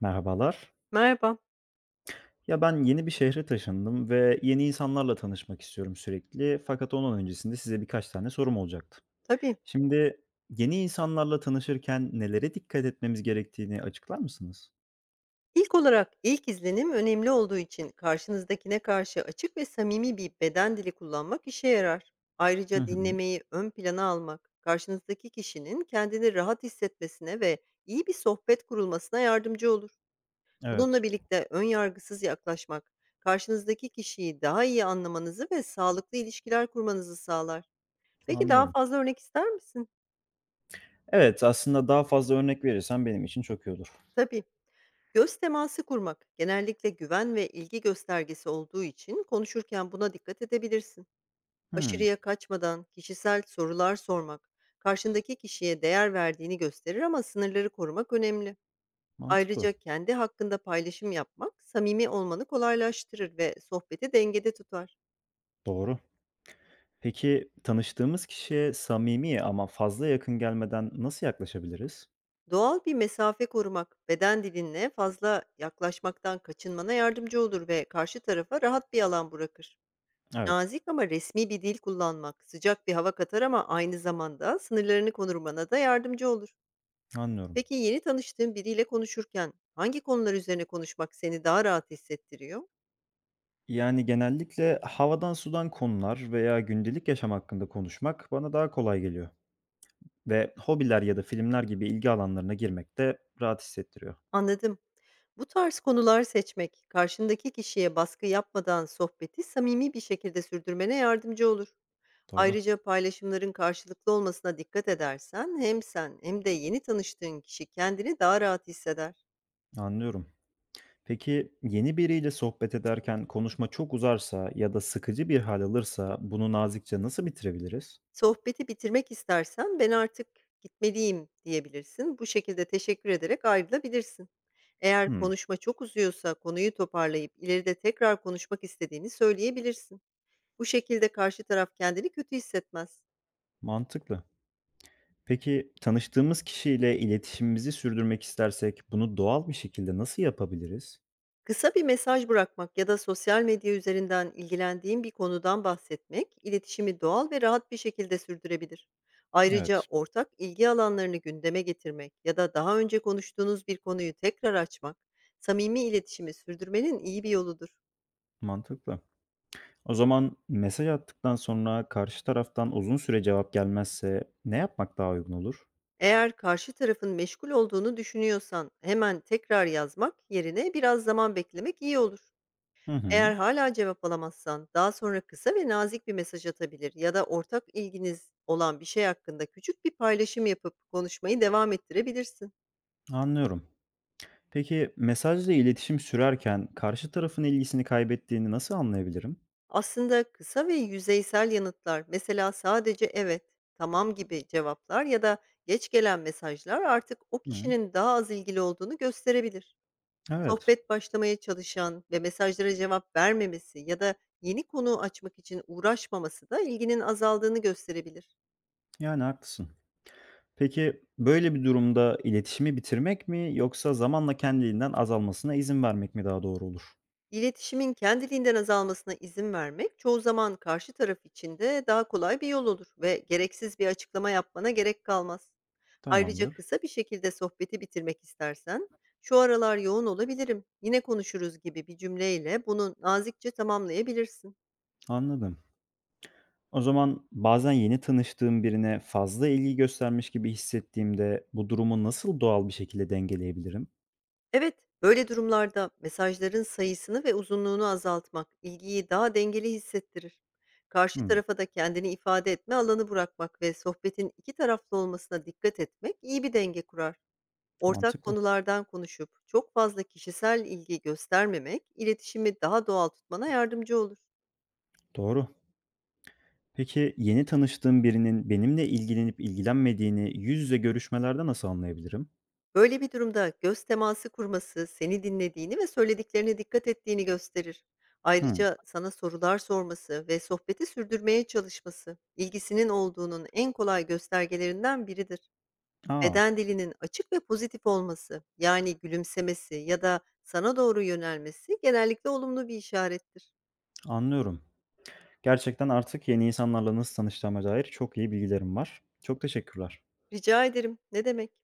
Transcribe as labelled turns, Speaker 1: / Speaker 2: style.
Speaker 1: Merhabalar.
Speaker 2: Merhaba.
Speaker 1: Ya ben yeni bir şehre taşındım ve yeni insanlarla tanışmak istiyorum sürekli. Fakat ondan öncesinde size birkaç tane sorum olacaktı.
Speaker 2: Tabii.
Speaker 1: Şimdi yeni insanlarla tanışırken nelere dikkat etmemiz gerektiğini açıklar mısınız?
Speaker 2: İlk olarak ilk izlenim önemli olduğu için karşınızdakine karşı açık ve samimi bir beden dili kullanmak işe yarar.
Speaker 1: Hı
Speaker 2: Ayrıca
Speaker 1: hı.
Speaker 2: dinlemeyi ön plana almak, karşınızdaki kişinin kendini rahat hissetmesine ve iyi bir sohbet kurulmasına yardımcı olur. Bununla
Speaker 1: Evet,
Speaker 2: birlikte ön yargısız yaklaşmak, karşınızdaki kişiyi daha iyi anlamanızı ve sağlıklı ilişkiler kurmanızı sağlar. Peki daha
Speaker 1: anlıyorum.
Speaker 2: fazla örnek ister misin?
Speaker 1: Evet, aslında daha fazla örnek verirsen benim için çok iyi olur.
Speaker 2: Tabii. Göz teması kurmak genellikle güven ve ilgi göstergesi olduğu için konuşurken buna dikkat edebilirsin.
Speaker 1: Hımm,
Speaker 2: Aşırıya kaçmadan kişisel sorular sormak karşındaki kişiye değer verdiğini gösterir, ama sınırları korumak önemli.
Speaker 1: mantıklı.
Speaker 2: Ayrıca kendi hakkında paylaşım yapmak samimi olmanı kolaylaştırır ve sohbeti dengede tutar.
Speaker 1: Doğru. Peki tanıştığımız kişiye samimi ama fazla yakın gelmeden nasıl yaklaşabiliriz?
Speaker 2: Doğal bir mesafe korumak beden dilinle fazla yaklaşmaktan kaçınmana yardımcı olur ve karşı tarafa rahat bir alan bırakır.
Speaker 1: Evet,
Speaker 2: Nazik ama resmi bir dil kullanmak sıcak bir hava katar, ama aynı zamanda sınırlarını korumana da yardımcı olur.
Speaker 1: anlıyorum.
Speaker 2: Peki yeni tanıştığın biriyle konuşurken hangi konular üzerine konuşmak seni daha rahat hissettiriyor?
Speaker 1: Yani, genellikle havadan sudan konular veya gündelik yaşam hakkında konuşmak bana daha kolay geliyor ve hobiler ya da filmler gibi ilgi alanlarına girmek de rahat hissettiriyor.
Speaker 2: Anladım. Bu tarz konular seçmek, karşındaki kişiye baskı yapmadan sohbeti samimi bir şekilde sürdürmene yardımcı olur.
Speaker 1: Doğru,
Speaker 2: Ayrıca paylaşımların karşılıklı olmasına dikkat edersen, hem sen hem de yeni tanıştığın kişi kendini daha rahat hisseder.
Speaker 1: anlıyorum. Peki, yeni biriyle sohbet ederken konuşma çok uzarsa ya da sıkıcı bir hal alırsa bunu nazikçe nasıl bitirebiliriz?
Speaker 2: Sohbeti bitirmek istersen, ben artık gitmeliyim diyebilirsin. Bu şekilde teşekkür ederek ayrılabilirsin. Eğer
Speaker 1: Hımm,
Speaker 2: konuşma çok uzuyorsa, konuyu toparlayıp ileride tekrar konuşmak istediğini söyleyebilirsin. Bu şekilde karşı taraf kendini kötü hissetmez.
Speaker 1: mantıklı. Peki, tanıştığımız kişiyle iletişimimizi sürdürmek istersek bunu doğal bir şekilde nasıl yapabiliriz?
Speaker 2: Kısa bir mesaj bırakmak ya da sosyal medya üzerinden ilgilendiğin bir konudan bahsetmek, iletişimi doğal ve rahat bir şekilde sürdürebilir. Ayrıca
Speaker 1: Evet,
Speaker 2: ortak ilgi alanlarını gündeme getirmek ya da daha önce konuştuğunuz bir konuyu tekrar açmak, samimi iletişimi sürdürmenin iyi bir yoludur.
Speaker 1: mantıklı. O zaman mesaj attıktan sonra karşı taraftan uzun süre cevap gelmezse ne yapmak daha uygun olur?
Speaker 2: Eğer karşı tarafın meşgul olduğunu düşünüyorsan, hemen tekrar yazmak yerine biraz zaman beklemek iyi olur.
Speaker 1: Hı hı,
Speaker 2: Eğer hala cevap alamazsan, daha sonra kısa ve nazik bir mesaj atabilir ya da ortak ilginiz olan bir şey hakkında küçük bir paylaşım yapıp konuşmayı devam ettirebilirsin.
Speaker 1: anlıyorum. Peki mesajla iletişim sürerken karşı tarafın ilgisini kaybettiğini nasıl anlayabilirim?
Speaker 2: Aslında kısa ve yüzeysel yanıtlar, mesela sadece "evet", "tamam" gibi cevaplar ya da geç gelen mesajlar, artık o
Speaker 1: Hı,
Speaker 2: kişinin daha az ilgili olduğunu gösterebilir.
Speaker 1: evet,
Speaker 2: Sohbet başlamaya çalışan ve mesajlara cevap vermemesi ya da yeni konu açmak için uğraşmaması da ilginin azaldığını gösterebilir.
Speaker 1: yani haklısın. Peki böyle bir durumda iletişimi bitirmek mi yoksa zamanla kendiliğinden azalmasına izin vermek mi daha doğru olur?
Speaker 2: İletişimin kendiliğinden azalmasına izin vermek çoğu zaman karşı taraf için de daha kolay bir yol olur ve gereksiz bir açıklama yapmana gerek kalmaz. Ayrıca
Speaker 1: Tamamdır,
Speaker 2: kısa bir şekilde sohbeti bitirmek istersen, "şu aralar yoğun olabilirim, yine konuşuruz" gibi bir cümleyle bunu nazikçe tamamlayabilirsin.
Speaker 1: anladım. O zaman bazen yeni tanıştığım birine fazla ilgi göstermiş gibi hissettiğimde bu durumu nasıl doğal bir şekilde dengeleyebilirim?
Speaker 2: Evet, böyle durumlarda mesajların sayısını ve uzunluğunu azaltmak ilgiyi daha dengeli hissettirir. Karşı
Speaker 1: Hmm,
Speaker 2: tarafa da kendini ifade etme alanı bırakmak ve sohbetin iki taraflı olmasına dikkat etmek iyi bir denge kurar. Ortak
Speaker 1: mantıklı.
Speaker 2: konulardan konuşup çok fazla kişisel ilgi göstermemek iletişimi daha doğal tutmana yardımcı olur.
Speaker 1: Doğru. Peki yeni tanıştığım birinin benimle ilgilenip ilgilenmediğini yüz yüze görüşmelerde nasıl anlayabilirim?
Speaker 2: Böyle bir durumda göz teması kurması, seni dinlediğini ve söylediklerine dikkat ettiğini gösterir.
Speaker 1: Hmm,
Speaker 2: Ayrıca sana sorular sorması ve sohbeti sürdürmeye çalışması, ilgisinin olduğunun en kolay göstergelerinden biridir.
Speaker 1: aa,
Speaker 2: Beden dilinin açık ve pozitif olması, yani gülümsemesi ya da sana doğru yönelmesi, genellikle olumlu bir işarettir.
Speaker 1: anlıyorum. Gerçekten artık yeni insanlarla nasıl tanıştığıma dair çok iyi bilgilerim var. Çok teşekkürler.
Speaker 2: Rica ederim. Ne demek?